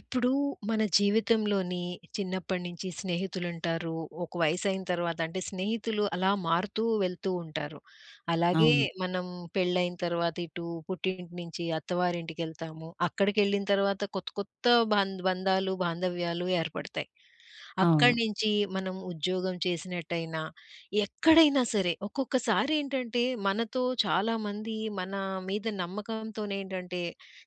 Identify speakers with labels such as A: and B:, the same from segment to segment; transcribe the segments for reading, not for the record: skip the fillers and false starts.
A: ఇప్పుడు మన జీవితంలోని చిన్నప్పటి నుంచి స్నేహితులుంటారు. ఒక వయసైన తర్వాత అంటే స్నేహితులు అలా మారుతూ వెళ్తూ ఉంటారు. అలాగే
B: అవును.
A: మనం పెళ్ళైన తర్వాత ఇటు పుట్టింటి నుంచి అత్తవారింటికెళ్తాము. అక్కడికెళ్ళిన తర్వాత కొత్త కొత్త బంధాలు, బాంధవ్యాలు ఏర్పడతాయి.
B: అవును.
A: అక్కడి నుంచి మనం ఉద్యోగం చేసినట్టయినా, ఎక్కడైనా సరే ఒక్కొక్కసారి ఏంటంటే మనతో చాలామంది మన మీద నమ్మకంతోనేంటంటే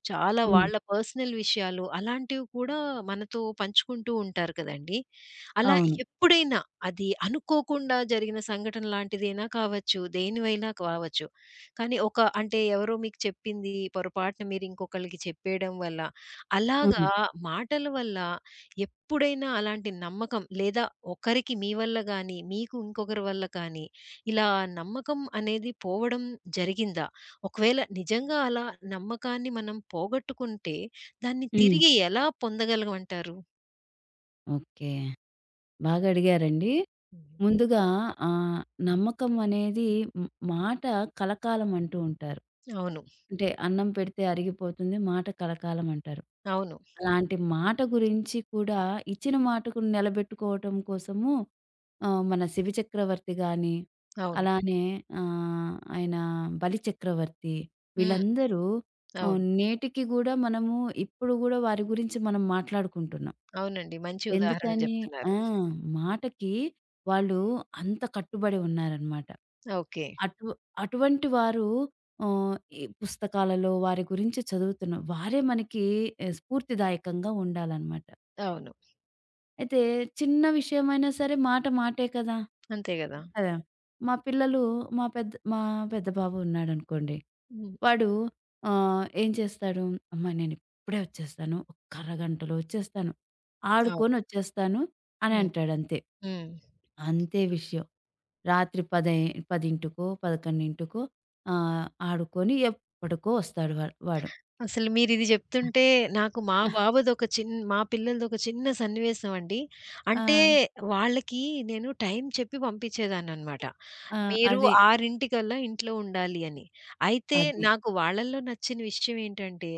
A: చాలా
B: హ్మ్.
A: వాళ్ళ పర్సనల్ విషయాలు అలాంటివి కూడా మనతో పంచుకుంటూ ఉంటారు కదండీ. అలా
B: అవును.
A: ఎప్పుడైనా అది అనుకోకుండా జరిగిన సంఘటన లాంటిదైనా కావచ్చు, దేనివైనా కావచ్చు. కానీ ఒక అంటే ఎవరో మీకు చెప్పింది పొరపాటున మీరు ఇంకొకళ్ళకి చెప్పేయడం వల్ల, అలాగా
B: హ్మ్.
A: మాటల వల్ల ఎప్పుడైనా అలాంటి నమ్మకం, లేదా ఒకరికి మీ వల్ల గాని, మీకు ఇంకొకరి వల్ల కానీ, ఇలా నమ్మకం అనేది పోవడం జరిగిందా? ఒకవేళ నిజంగా అలా నమ్మకాన్ని మనం పోగొట్టుకుంటే, దాన్ని
B: హ్మ్.
A: తిరిగి ఎలా పొందగలమంటారు?
B: ఓకే. బాగా అడిగారండి.
A: హ్మ్.
B: ముందుగా ఆహ్, నమ్మకం అనేది మాట కలకాలం అంటూ ఉంటారు.
A: అవును.
B: అంటే అన్నం పెడితే అరిగిపోతుంది. మాట కలకాలం అంటారు.
A: అవును.
B: అలాంటి మాట గురించి కూడా ఇచ్చిన మాటకు నిలబెట్టుకోవటం కోసము మన 'శివి చక్రవర్తి' గాని,
A: అవును.
B: అలానే ఆయన 'బలి చక్రవర్తి'
A: హ్మ్.
B: వీళ్ళందరూ
A: అవును.
B: నేటికి గూడా మనము ఇప్పుడు గూడా వారి గురించి మనం మాట్లాడుకుంటున్నాం.
A: అవునండి, మంచి ఉదాహరణలు
B: ఎందుకని
A: చెప్తున్నారు.
B: ఆ! మాటకి వాళ్ళు అంత కట్టుబడి ఉన్నారనమాట.
A: ఓకే.
B: అటు అటువంటి వారు ఈ పుస్తకాలలో వారి గురించి చదువుతున్నాం. వారే మనకి స్ఫూర్తిదాయకంగా ఉండాలనమాట.
A: అవును.
B: అయితే చిన్న విషయమైనా సరే మాట మాటే కదా!
A: అంతే గదా!
B: కదా! మా పిల్లలు మా పెద్ద మా పెద్ద బాబు ఉన్నాడనుకోండి.
A: హ్మ్.
B: వాడు ఏం చేస్తాడు, "అమ్మ నేనిప్పుడే వచ్చేస్తాను. ఒక్క అరగంటలో వచ్చేస్తాను.
A: అవును.
B: ఆడుకొనొచ్చేస్తాను" అని
A: హ్మ్.
B: అంటాడంతే.
A: హ్మ్.
B: అంతే అంతే విషయం. రాత్రి పదై 10:00కో, 11:00కో ఆడుకొని ఎప్పటికో వస్తాడు వాడు.
A: అసలు మీరిది జెప్తుంటే నాకు మా బాబుదొక చిన్ మా పిల్లలదొక చిన్న సన్నివేశం అండి.
B: ఆ!
A: అంటే వాళ్ళకి నేను టైం చెప్పి పంపించేదాన్ననమాట.
B: ఆ!
A: మీరు
B: అది.
A: 6:00 ఇంట్లో ఉండాలి అని. అయితే
B: అది.
A: నాకు వాళ్ళల్లో నచ్చిన విషయం ఏంటంటే,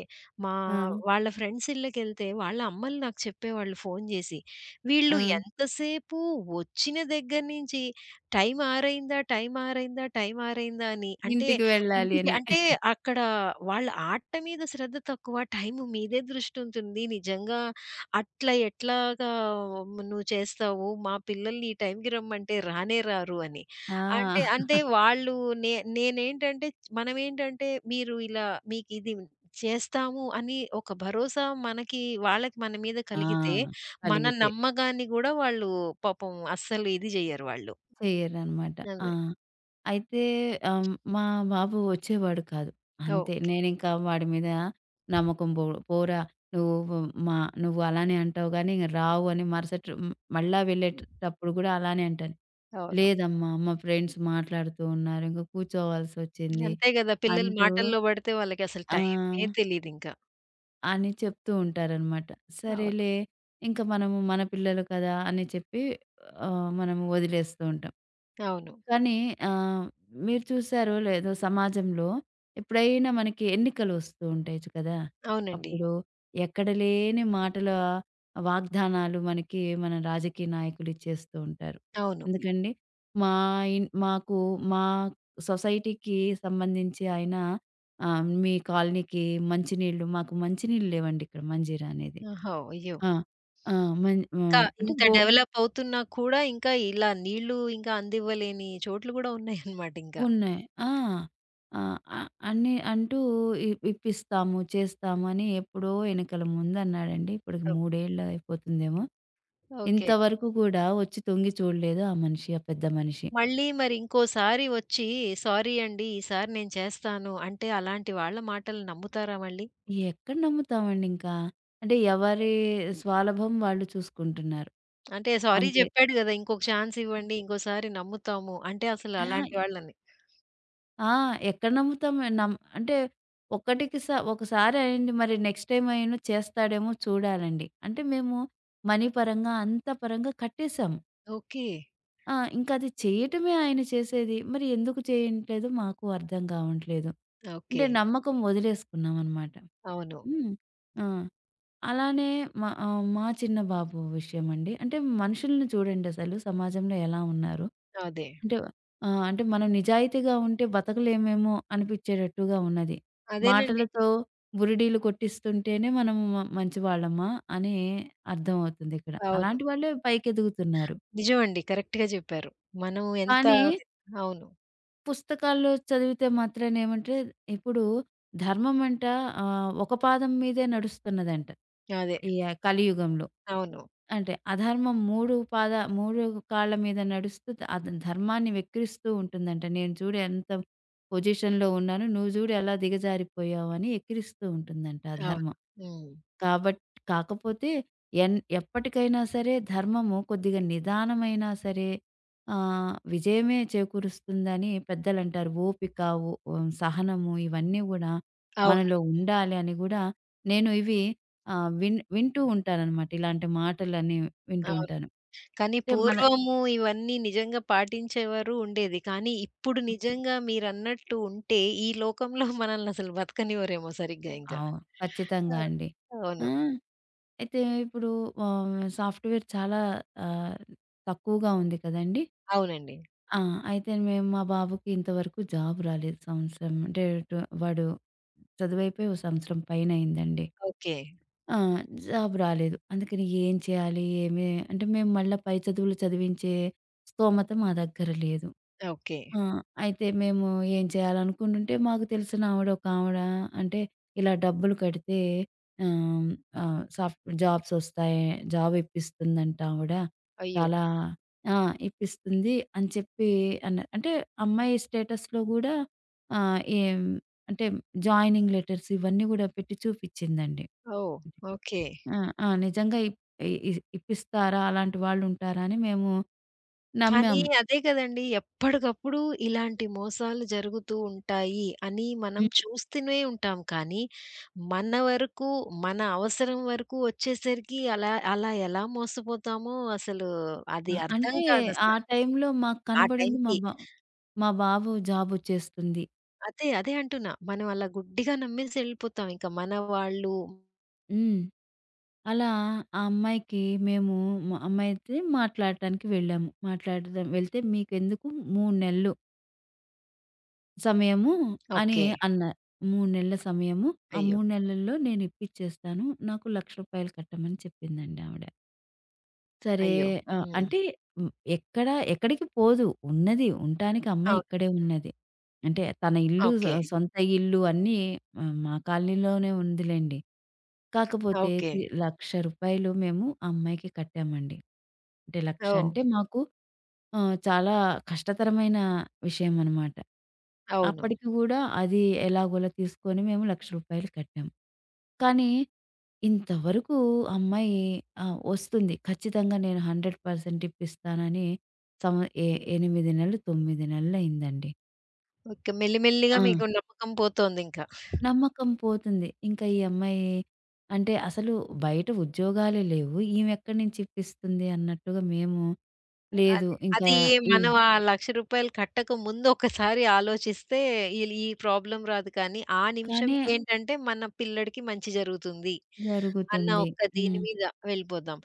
A: మా
B: ఆ!
A: వాళ్ళ ఫ్రెండ్స్ ఇళ్ళకెళ్తే వాళ్ళ అమ్మలు నాకు చెప్పేవాళ్ళు ఫోను జేసి.
B: ఆ!
A: వీళ్ళు ఎంతసేపు వచ్చిన దగ్గర నుంచి టైం ఆరైందా, టైం ఆరైందా, టైం ఆరైందా అని అంటే
B: ఇంటికి వెళ్ళాలి
A: ఇంటికి
B: అని.
A: అంటే అక్కడ వాళ్ళ ఆట మీద శ్రద్ధ తక్కువ. టైం మీదే దృష్టుంటుంది. నిజంగా అట్లా ఎట్లాగా నువ్వు చేస్తావు? మా పిల్లల్ని ఈ టైంకి రమ్మంటే రానే రారు అని. అంటే
B: ఆ!
A: అంటే వాళ్ళు నేనేంటంటే మనమేంటంటే మీరు ఇలా మీకిది చేస్తాము అని ఒక భరోసా మనకి వాళ్ళకి మన మీద
B: ఆ!
A: కలిగితే మన
B: కలిగితే
A: నమ్మకాన్ని గూడా వాళ్ళు పాపం అస్సలు ఇది జెయ్యరు వాళ్ళు.
B: చెయ్యరనమాట. ఆ!
A: అదే.
B: అయితే మా బాబు వచ్చేవాడు కాదు. అంతే.
A: ఓకే.
B: నేనింకా వాడి మీద నమ్మకం పోరా నువ్వు మా నువ్వు అలానే అంటావు గానీ ఇంగ రావు అని మరుసటి మళ్ళా వెళ్ళేటప్పుడు గూడా అలానే అంటాను.
A: అవును.
B: లేదమ్మా మా ఫ్రెండ్స్ మాట్లాడుతూ ఉన్నారు. ఇంక కూర్చోవాల్సొచ్చింది
A: అంతే గదా! పిల్లలు
B: అంటూ
A: మాటల్లో పడితే వాళ్ళకసలు
B: ఆ!
A: టైమే తెలీదింకా.
B: అని చెప్తూ ఉంటారనమాట.
A: అవును.
B: సరేలే ఇంక మనము మన పిల్లలు కదా! అని చెప్పి మనము వదిలేస్తూ ఉంటాం.
A: అవును.
B: కానీ ఆహ్, మీరు చూసారో లేదో సమాజంలో ఎప్పుడైనా మనకి ఎన్నికలు వస్తూ ఉంటాయి కదా! హ్మ్.
A: అవునండి.
B: అప్పుడు ఎక్కడ లేని మాటల వాగ్దానాలు మనకి మన రాజకీయ నాయకులు ఇచ్చేస్తూ ఉంటారు.
A: అవును.
B: ఎందుకండి మా ఇన్ మాకు మా సొసైటీకి సంబంధించి ఆయన మీ కాలనీకి మంచినీళ్ళు మాకు మంచినీళ్ళు లేవండి ఇక్కడ మంజీరా అనేది.
A: ఓహో! అయ్యో!
B: ఆ! ఆ! మం
A: ఇంకా
B: అంటే
A: ఇంత డెవలప్ అవుతున్నా కూడా ఇంకా ఇలా నీళ్ళు ఇంకా అందివ్వలేని చోట్లు గూడా ఉన్నాయన్నమాట ఇంకా.
B: ఉన్నాయి. ఆ! ఆ! అ అని అంటూ ఇప్పిస్తాము, చేస్తాము అని ఎప్పుడో ఎనకల ముందన్నాడండి. ఇప్పటికి
A: ఓహ్!
B: 3 ఏళ్ళు అయిపోతుందేమో.
A: ఓకే.
B: ఇంతవరకు కూడా వచ్చి తొంగి చూడలేదు ఆ మనిషి, ఆ పెద్ద మనిషి.
A: మళ్ళీ మరి ఇంకోసారి వచ్చి సారీ అండి ఈసారి నేను చేస్తాను అంటే అలాంటి వాళ్ళ మాటలు నమ్ముతారా మళ్ళీ?
B: ఎక్కడ నమ్ముతామండి ఇంకా? అంటే ఎవరి స్వాలభం వాళ్ళు చూసుకుంటున్నారు.
A: అంటే సారీ
B: అంతే.
A: జెప్పాడు గదా! ఇంకొక ఛాన్స్ ఇవ్వండి. ఇంకోసారి నమ్ముతాము. అంటే అసలు
B: అహా!
A: అలాంటి వాళ్ళని
B: ఆ! ఎక్కడ నమ్ముతాం? అంటే ఒకటికి స ఒకసారి అయింది మరి నెక్స్ట్ టైమ్ అయినా చేస్తాడేమో చూడాలండి. అంటే మేము మనీ పరంగా, అంత పరంగా కట్టేసాము.
A: ఓకే.
B: ఆ! ఇంకది చేయటమే ఆయన చేసేది. మరి ఎందుకు చేయట్లేదు మాకు అర్థం కావట్లేదు. అంటే
A: ఓకే.
B: నమ్మకం వదిలేసుకున్నామనమాట.
A: అవును.
B: హ్మ్. ఆ! అలానే మా చిన్న బాబు విషయమండి. అంటే మనుషుల్ని చూడండసలు సమాజంలో ఎలా ఉన్నారు.
A: అదే.
B: అంటే అంటే మనం నిజాయితీగా ఉంటే బతకలేమేమో అనిపిచ్చేటట్టుగా ఉన్నది.
A: అదేనండి.
B: మాటలతో బురిడీలు కొట్టిస్తుంటేనే మనం మంచివాళ్ళమా అని అర్థమవుతుంది ఇక్కడ.
A: అవును.
B: అలాంటి వాళ్ళే పైకెదుగుతున్నారు.
A: నిజమండి, కరెక్ట్‌గా చెప్పారు. మనం ఎంత
B: కానీ
A: అవును.
B: పుస్తకాల్లో చదివితే మాత్రాన ఏమంటే ఇప్పుడు ధర్మం అంట ఒక పాదం మీదే నడుస్తున్నదంట.
A: అదే.
B: ఈ కలియుగంలో.
A: అవును.
B: అంటే అధర్మం 3 పాద 3 కాళ్ళ మీద నడుస్తూ అది ధర్మాన్ని వెక్కిరిస్తూ ఉంటుందంట. నేను చూడు ఎంత పొజిషన్‌లో ఉన్నాను. నువ్వు చూడు ఎలా దిగజారిపోయావు అని ఎక్కిరిస్తూ ఉంటుందంట
A: అవును.
B: అధర్మం.
A: హ్మ్.
B: కాబట్ కాకపోతే ఎప్పటికైనా సరే ధర్మము కొద్దిగా నిదానమైనా సరే విజయమే చేకూరుస్తుందని పెద్దలంటారు. ఓపిక, సహనము ఇవన్నీ గూడా
A: అవును.
B: మనలో ఉండాలి అని గూడా నేను ఇవి ఆహ్, విన్ వింటూ ఉంటాననమాట. ఇలాంటి మాటలన్నీ వింటూ
A: అవును.
B: ఉంటాను.
A: కానీ
B: అంటే మన
A: పూర్వము ఇవన్నీ నిజంగా పాటించేవారు ఉండేది. కానీ ఇప్పుడు నిజంగా మీరన్నట్టు ఉంటే ఈ లోకంలో మనల్ని అసలు బతకనివ్వరేమో సరిగ్గా ఇంకా.
B: అవును.
A: ఆ!
B: ఖచ్చితంగా అండి. ఆ!
A: అవును.
B: అయితే ఇప్పుడు సాఫ్ట్‌వేర్ చాలా ఆహ్, తక్కువగా ఉంది కదండీ!
A: అవునండి.
B: ఆ! అయితే మేము మా బాబుకి ఇంతవరకు జాబ్ రాలేదు. సంవత్సరం అంటే టు వాడు చదువైపోయి ఓ సంవత్సరం పైనయిందండి.
A: ఓకే.
B: ఆ! జాబ్ రాలేదు. అందుకని ఏం చేయాలి? ఏమి అంటే మేము మళ్ళా పై చదువులు చదివించే స్తోమత మా దగ్గర లేదు.
A: ఓకే.
B: ఆ! అయితే మేము ఏం చేయాలనుకుంటుంటే మాకు తెలిసిన ఆవిడ అంటే, ఇలా డబ్బులు కడితే ఆహ్, ఆహ్, సాఫ్ట్ జాబ్స్ వస్తాయి. జాబ్ ఇప్పిస్తుందంట ఆవిడ.
A: అయ్యో!
B: చాలా ఆ! ఇప్పిస్తుంది అని చెప్పి అన్నారు. అంటే అమ్మాయి స్టేటస్‌లో గూడా ఆహ్, ఏం అంటే జాయినింగ్ లెటర్స్ ఇవన్నీ గూడా పెట్టి చూపిచ్చిందండి.
A: ఓహ్! ఓకే.
B: ఆ! ఆ! నిజంగా ఇప్ ఇ ఇ ఇప్పిస్తారా? అలాంటి వాళ్ళుంటారా? అని మేము
A: కానీ
B: నమ్మాము.
A: అదే కదండీ! ఎప్పటికప్పుడు ఇలాంటి మోసాలు జరుగుతూ ఉంటాయి అని మనం చూస్తూనే ఉంటాం. కానీ మన వరకు, మన అవసరం వరకు వచ్చేసరికి అలా అలా ఎలా మోసపోతామో అసలు
B: ఆ!
A: అది అర్థం
B: అంటే ఆ
A: కాదసల.
B: టైంలో మాకు
A: ఆ
B: కనపడింది
A: టైంకి
B: మా బాబు జాబొచ్చేస్తుంది.
A: అదే, అదే అంటున్నా. మనం అలా గుడ్డిగా నమ్మేసి ఎళ్ళిపోతాం. ఇంక మన వాళ్ళు
B: హ్మ్. అలా ఆ అమ్మాయికి మేము మా అమ్మాయితో మాట్లాడటానికి వెళ్ళాము. మాట్లాడదాం వెళ్తే మీకెందుకు 3 నెలలు సమయము అని
A: ఓకే.
B: అన్నారు. 3 నెలల సమయము. ఆ
A: అయ్యో!
B: 3 నెలల్లో నేను ఇప్పిచ్చేస్తాను. నాకు రూ. 1,00,000 కట్టమని చెప్పిందండి ఆవిడ. సరే.
A: అయ్యో!
B: ఆ!
A: హ్మ్.
B: అంటే హ్మ్. ఎక్కడ ఎక్కడికి పోదు. ఉన్నది. ఉండటానికి అమ్మ
A: అవును.
B: ఇక్కడే ఉన్నది. అంటే తన ఇల్లు
A: ఓకే.
B: సొంత ఇల్లు అన్నీ మా కాలనీలోనే ఉందిలెండి. కాకపోతే
A: ఓకే.
B: రూ. 1,00,000 మేము ఆ అమ్మాయికి కట్టామండి. అంటే 1,00,000
A: ఓహ్!
B: అంటే మాకు ఆ! చాలా కష్టతరమైన విషయమనమాట.
A: అవును.
B: అప్పటికి గూడా అది ఎలాగోలా తీసుకొని మేము రూ. 1,00,000 కట్టాం. కానీ ఇంతవరకు అమ్మాయి ఆ! వస్తుంది. ఖచ్చితంగా నేను 100% ఇప్పిస్తానని సం ఎ 8 నెలలు, 9 నెలలయిందండి.
A: ఓకే. మెల్లి మెల్లిగా
B: ఆ!
A: మీకు నమ్మకం పోతోందింక.
B: నమ్మకం పోతుంది. ఇంకా ఈ అమ్మాయి అంటే అసలు బయట ఉద్యోగాలే లేవు. ఈమె ఎక్కడి నుంచి ఇప్పిస్తుంది అన్నట్టుగా మేము లేదు
A: అదే.
B: ఇంకా
A: అది
B: ఈ
A: మనం ఆ రూ. 1,00,000 కట్టక ముందు ఒకసారి ఆలోచిస్తే ఈ ప్రాబ్లమ్ రాదు కానీ, ఆ
B: కానీ
A: నిమిషంకేంటంటే మన పిల్లోడికి మంచి జరుగుతుంది అన్న
B: జరుగుతుంది.
A: ఒక్క దీని
B: హ్మ్.
A: మీద వెళ్ళిపోదాం.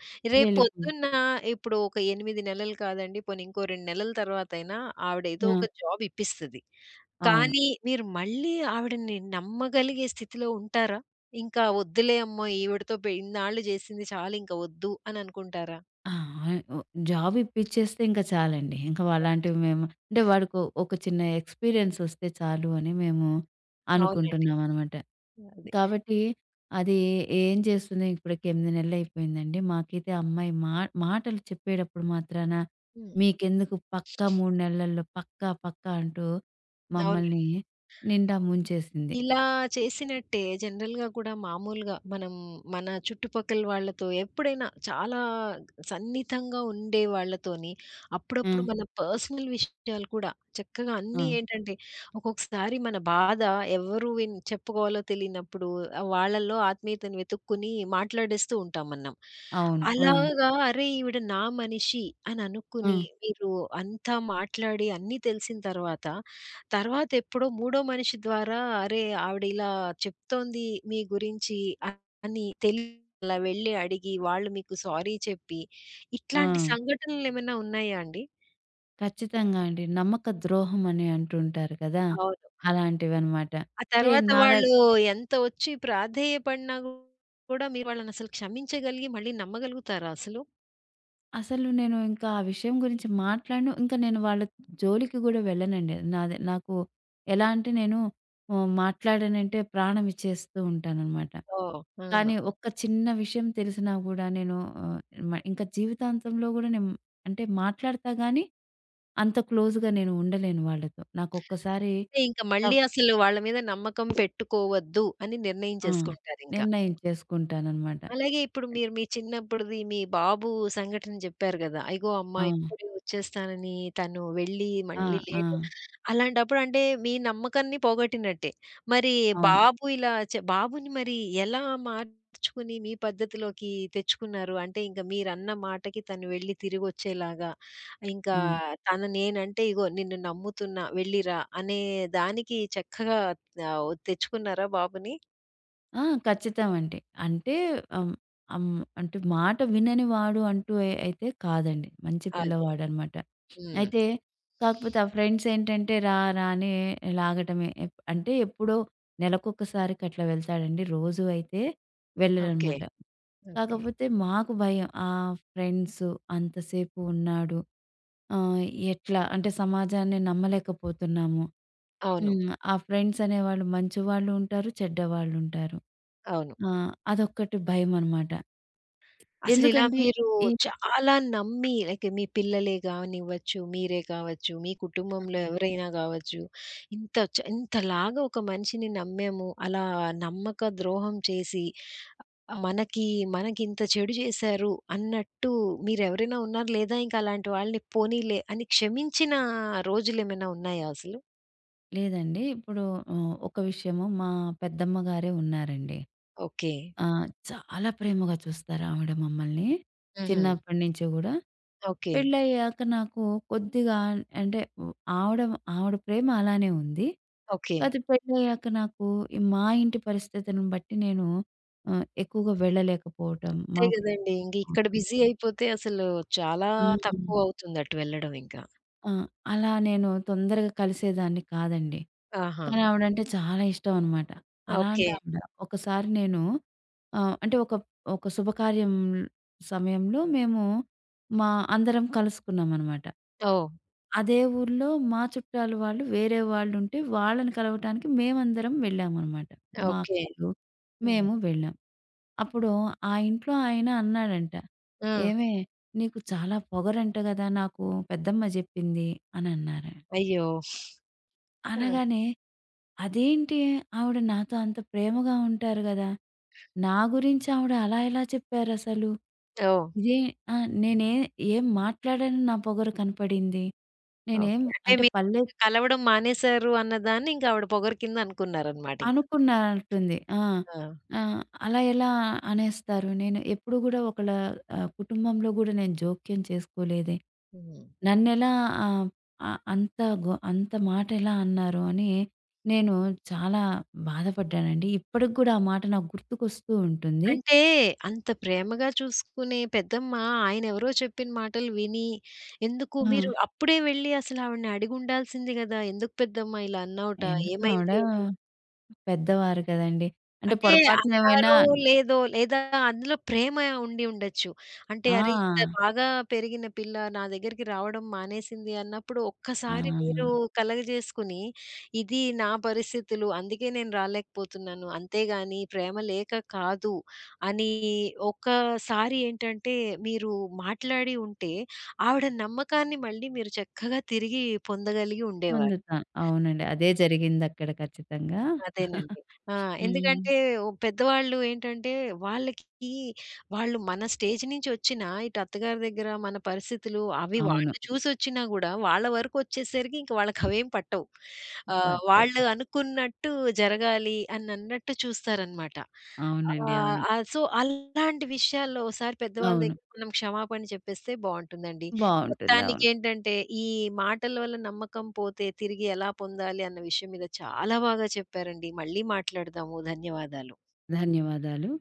B: వెళ్ళిపోయి
A: రేపొద్దున్న ఇప్పుడు ఒక 8 నెలలు కాదండి, పోనీ ఇంకో 2 నెలల తర్వాతైనా ఆవిడ ఏదో
B: ఆ!
A: ఒక జాబ్ ఇప్పిస్తది.
B: అవును.
A: కానీ మీరు మళ్ళీ ఆవిడని నమ్మగలిగే స్థితిలో ఉంటారా? ఇంకా వద్దులే అమ్మా! ఈవిడతో పె ఇన్నాళ్ళు చేసింది చాలింక వద్దు అని అనుకుంటారా?
B: ఆ! ఓ జాబ్ ఇప్పిచ్చేస్తే ఇంక చాలండి. ఇంక అలాంటివి మేము అంటే వాడికో ఒక చిన్న ఎక్స్‌పీరియన్స్ వస్తే చాలు అని మేము
A: అవునండి.
B: అనుకుంటున్నామనమాట.
A: అది.
B: కాబట్టి అది ఏం చేస్తుంది ఇప్పటికి 8 నెలలయిపోయిందండి. మాకైతే ఆ అమ్మాయి మా మాటలు చెప్పేటప్పుడు మాత్రాన
A: హ్మ్.
B: మీకెందుకు పక్కా 3 నెలల్లో పక్కా, పక్కా అంటూ
A: అవును.
B: మమ్మల్ని నిండా ముంచేసింది.
A: ఇలా చేసినట్టే జనరల్‌గా కూడా మామూలుగా మనం మన చుట్టుపక్కల వాళ్ళతో ఎప్పుడైనా చాలా సన్నిహితంగా ఉండే వాళ్ళతోని
B: ఆ!
A: అప్పుడప్పుడు మన పర్సనల్ విషయాలు కూడా చక్కగా
B: ఆ!
A: అన్నీ ఏంటంటే ఒక్కొక్కసారి మన బాధ ఎవరు చెప్పుకోవాలో తెలియనప్పుడు వాళ్ళలో ఆత్మీయతను వెతుక్కుని మాట్లాడేస్తూ ఉంటాం మనం.
B: అవును. ఆ!
A: అలాగా అరే! ఈవిడ నా మనిషి అని
B: ఆ!
A: అనుకుని మీరు అంతా మాట్లాడి అన్నీ తెలిసిన తర్వాత తర్వాతెప్పుడో మూడో మనిషి ద్వారా అరే! ఆవిడిలా చెప్తోంది మీ గురించి అని అలా వెళ్లి అడిగి వాళ్ళు మీకు సారీ చెప్పి,
B: ఆ!
A: ఇట్లాంటి సంఘటనలేమైనా ఉన్నాయా అండి?
B: ఖచ్చితంగా అండి. నమ్మక ద్రోహం అని అంటుంటారు కదా!
A: అవును.
B: అలాంటివనమాట.
A: ఆ
B: అంటే
A: తర్వాత
B: నా
A: వాళ్ళు
B: దగ్
A: ఎంత వచ్చి ప్రాధేయపడినా కూడా మీరు వాళ్ళనసలు క్షమించగలిగి మళ్ళీ నమ్మగలుగుతారా అసలు?
B: అసలు నేను ఇంకా ఆ విషయం గురించి మాట్లాడను. ఇంకా నేను వాళ్ళ జోలికి గూడా వెళ్ళనండి. నాది నాకు ఎలా అంటే నేను మాట్లాడానంటే ప్రాణం ఇచ్చేస్తూ ఉంటాననమాట.
A: ఓహ్! అవును.
B: కానీ ఒక్క చిన్న విషయం తెలిసినా గూడా నేను ఆహ్, మ ఇంకా జీవితాంతంలో గూడా నేను అంటే మాట్లాడతా గానీ, అంత క్లోజ్‌గా నేను ఉండలేను వాళ్ళతో. నాకొక్కసారి
A: అంటే ఇంక
B: త
A: మళ్ళీ అసలు వాళ్ళ మీద నమ్మకం పెట్టుకోవద్దు అని నిర్ణయం
B: ఆ!
A: చేసుకుంటారింక.
B: నిర్ణయం చేసుకుంటాననమాట.
A: అలాగే ఇప్పుడు మీరు మీ చిన్నప్పుడుది మీ బాబు సంఘటన జెప్పారు గదా! "అయ్యో! అమ్మ
B: ఆ!
A: ఇప్పుడే వచ్చేస్తానని తను వెళ్ళి
B: ఆ!
A: మళ్ళీ
B: ఆ!
A: లేట్". అలాంటప్పుడు అంటే మీ నమ్మకాన్ని పోగొట్టినట్టే. మరి
B: అవును.
A: బాబు ఇలా చె బాబుని మరి ఎలా మార్చుకుని మీ పద్ధతిలోకి తెచ్చుకున్నారు? అంటే ఇంక మీరన్న మాటకి తను వెళ్ళి తిరిగొచ్చేలాగా, ఇంకా
B: హ్మ్.
A: తను నేనంటే ఇగో నిన్ను నమ్ముతున్నా వెళ్ళిరా అనే దానికి చక్కగా తెచ్చుకున్నారా బాబుని?
B: ఆ! ఖచ్చితమండి. అంటే ఆహ్, అమ్ అంటే మాట వినని వాడు అంటూ అయితే కాదండి. మంచి
A: అదే.
B: పిల్లవాడనమాట.
A: హ్మ్.
B: అయితే కాకపోతే ఆ ఫ్రెండ్స్ ఏంటంటే రా రా అని లాగటమే. అంటే ఎప్పుడో నెలకొకసారికి అట్లా వెళ్తాడండి. రోజు అయితే
A: ఓకే.
B: వెళ్ళడనమాట.
A: ఓకే.
B: కాకపోతే మాకు భయం. ఆ ఫ్రెండ్స్ అంతసేపు ఉన్నాడు. ఆహ్, ఎట్లా అంటే సమాజాన్ని నమ్మలేకపోతున్నాము.
A: అవును.
B: హ్మ్. ఆ ఫ్రెండ్స్ అనేవాళ్ళు మంచి వాళ్ళు ఉంటారు, చెడ్డ వాళ్ళుంటారు.
A: అవును.
B: ఆ! అదొక్కటి భయమనమాట.
A: అసలిలా
B: ఎందుకంటే
A: మీరు
B: ఈ
A: చాలా నమ్మి లైక్ మీ పిల్లలే గానివ్వచ్చు, మీరే కావచ్చు, మీ కుటుంబంలో ఎవరైనా గావచ్చు, ఇంతలాగా ఒక మనిషిని నమ్మాము, అలా నమ్మక ద్రోహం చేసి ఆ, మనకి, మనకింత చెడు జేశారు అన్నట్టు మీరెవరైనా ఉన్నారు? లేదా ఇంక అలాంటి వాళ్ళని పోనీలే అని క్షమించిన రోజులేమైనా ఉన్నాయా అసలు?
B: లేదండి. ఇప్పుడు ఒక విషయము మా పెద్దమ్మ గారే ఉన్నారండి.
A: ఓకే.
B: ఆ! చాలా ప్రేమగా చూస్తారు ఆవిడ మమ్మల్ని.
A: హుహు.
B: చిన్నప్పటి నుంచి గూడా.
A: ఓకే.
B: పెళ్ళయ్యాక నాకు కొద్దిగా అంటే హ్మ్, ఆవిడ ఆవిడ ప్రేమ అలానే ఉంది.
A: ఓకే.
B: కాతే పెళ్ళయ్యాక నాకు ఈ మా ఇంటి పరిస్థితులను బట్టి నేను ఎక్కువగా వెళ్ళలేకపోవటం,
A: అంతే గదండీ. ఇంక ఇక్కడ
B: మాట్లాడకపోవటం.
A: బిజీ అయిపోతే అసలు చాలా
B: హ్మ్.
A: తక్కువవుతుంది అటు వెళ్ళడం ఇంకా.
B: ఆ! అలా నేను తొందరగా కలిసేదాన్ని కాదండి.
A: ఆహా!
B: కానీ ఆవిడంటే చాలా ఇష్టం అనమాట. అలాంటి
A: ఓకే.
B: ఆవిడ. ఒకసారి నేను అంటే ఒక ఒక శుభకార్యం సమయంలో మేము మా అందరం కలుసుకున్నామనమాట.
A: ఓహ్!
B: అదే ఊర్లో మా చుట్టాలు వాళ్ళు, వేరే వాళ్ళుంటే వాళ్ళని కలవటానికి మేమందరం వెళ్ళామనమాట. మా
A: ఓకే.
B: అక్కలు,
A: హ్మ్.
B: మేము వెళ్ళాం. అప్పుడు ఆ ఇంట్లో ఆయన అన్నాడంట,
A: ఆ!
B: "ఏమే! నీకు చాలా పొగరంట గదా! నాకు పెద్దమ్మ జెప్పింది" అనన్నారు.
A: అయ్యో! ఆ!
B: అనగానే, అదేంటి ఆవిడ నాతో అంత ప్రేమగా ఉంటారు గదా! నా గురించి ఆవిడ అలా ఎలా చెప్పారసలు?
A: ఓహ్!
B: ఇదే ఆ! నేనే ఏం మాట్లాడానని నా పొగరు కనపడింది. నేనేం
A: ఓకే. అంటే
B: అంటే
A: మీరు
B: పల్లె
A: కలవడం మానేశారు అన్నదాన్ని ఇంక ఆవిడ పొగరు కింద అనుకున్నారనమాట ఇంక.
B: అనుకున్నట్టుంది. ఆ!
A: ఆ!
B: ఆహ్, అలా ఎలా అనేస్తారు? నేను ఎప్పుడు గూడా ఒకళ్ళ కుటుంబంలో గూడా నేను జోక్యం చేసుకోలేదే.
A: హ్మ్.
B: నన్నెలా ఆహ్, ఆహ్, అంత గొ అంత మాటెలా అన్నారు అని నేను చాలా బాధపడ్డానండి. ఇప్పటికి గూడా ఆ మాట నాకు గుర్తుకొస్తూ ఉంటుంది.
A: అంటే అంత ప్రేమగా చూసుకునే పెద్దమ్మ ఆయనెవరో చెప్పిన మాటలు విని, ఎందుకు
B: ఆ!
A: మీరు అప్పుడే వెళ్లి అసలు ఆవిడని అడిగుండాల్సింది గదా! ఎందుకు పెద్దమ్మ ఇలా అన్నావుట?
B: ఎందుకు ఆవిడ
A: ఏమైంది అని?
B: పెద్దవారు కదండీ. అంటే
A: అంటే
B: పొరపాటున ఏమైనా
A: అన్నారో లేదో, లేదా అందులో ప్రేమ ఉండి ఉండొచ్చు. అంటే అరే! ఇంత
B: ఆ!
A: బాగా పెరిగిన పిల్ల నా దగ్గరికి రావడం మానేసింది అన్నప్పుడు ఒక్కసారి మీరు
B: ఆ!
A: కలగజేసుకొని, ఇది నా పరిస్థితులు అందుకే నేను రాలేకపోతున్నాను. అంతేగాని ప్రేమ లేక కాదు అని ఒక్కసారి ఏంటంటే మీరు మాట్లాడి ఉంటే ఆవిడ నమ్మకాన్ని మళ్ళీ మీరు చక్కగా తిరిగి పొందగలిగి ఉండేవారు.
B: పొందుతాం. అవునండి. అదే జరిగిందక్కడ ఖచ్చితంగా.
A: అదేనండి. ఆ!
B: హ్మ్.
A: ఎందుకంటే ఓ పెద్దవాళ్ళు ఏంటంటే, వాళ్ళకి వాళ్ళు మన స్టేజ్ నుంచొచ్చినా, ఇటు అత్తగారి దగ్గర మన పరిస్థితులు అవి
B: అవును.
A: వాళ్ళు చూసొచ్చినా గూడా, వాళ్ళ వరకొచ్చేసరికి ఇంక వాళ్ళకవేం పట్టవు.
B: పట్టవు.
A: వాళ్ళు అనుకున్నట్టు జరగాలి అనన్నట్టు చూస్తారనమాట.
B: అవునండి. అవును.
A: ఆ! సో, అలాంటి విషయాల్లో ఓసారి పెద్దవాళ్ళ
B: అవును.
A: దగ్గర మనం క్షమాపణ చెప్పేస్తే బావుంటుందండి.
B: బావుంటుంది. అవును.
A: మొత్తానికేంటంటే, ఈ మాటల వల్ల నమ్మకం పోతే తిరిగి ఎలా పొందాలి అన్న విషయం మీద చాలా బాగా చెప్పారండి. మళ్ళీ మాట్లాడదాము. ధన్యవాదాలు.
B: ధన్యవాదాలు.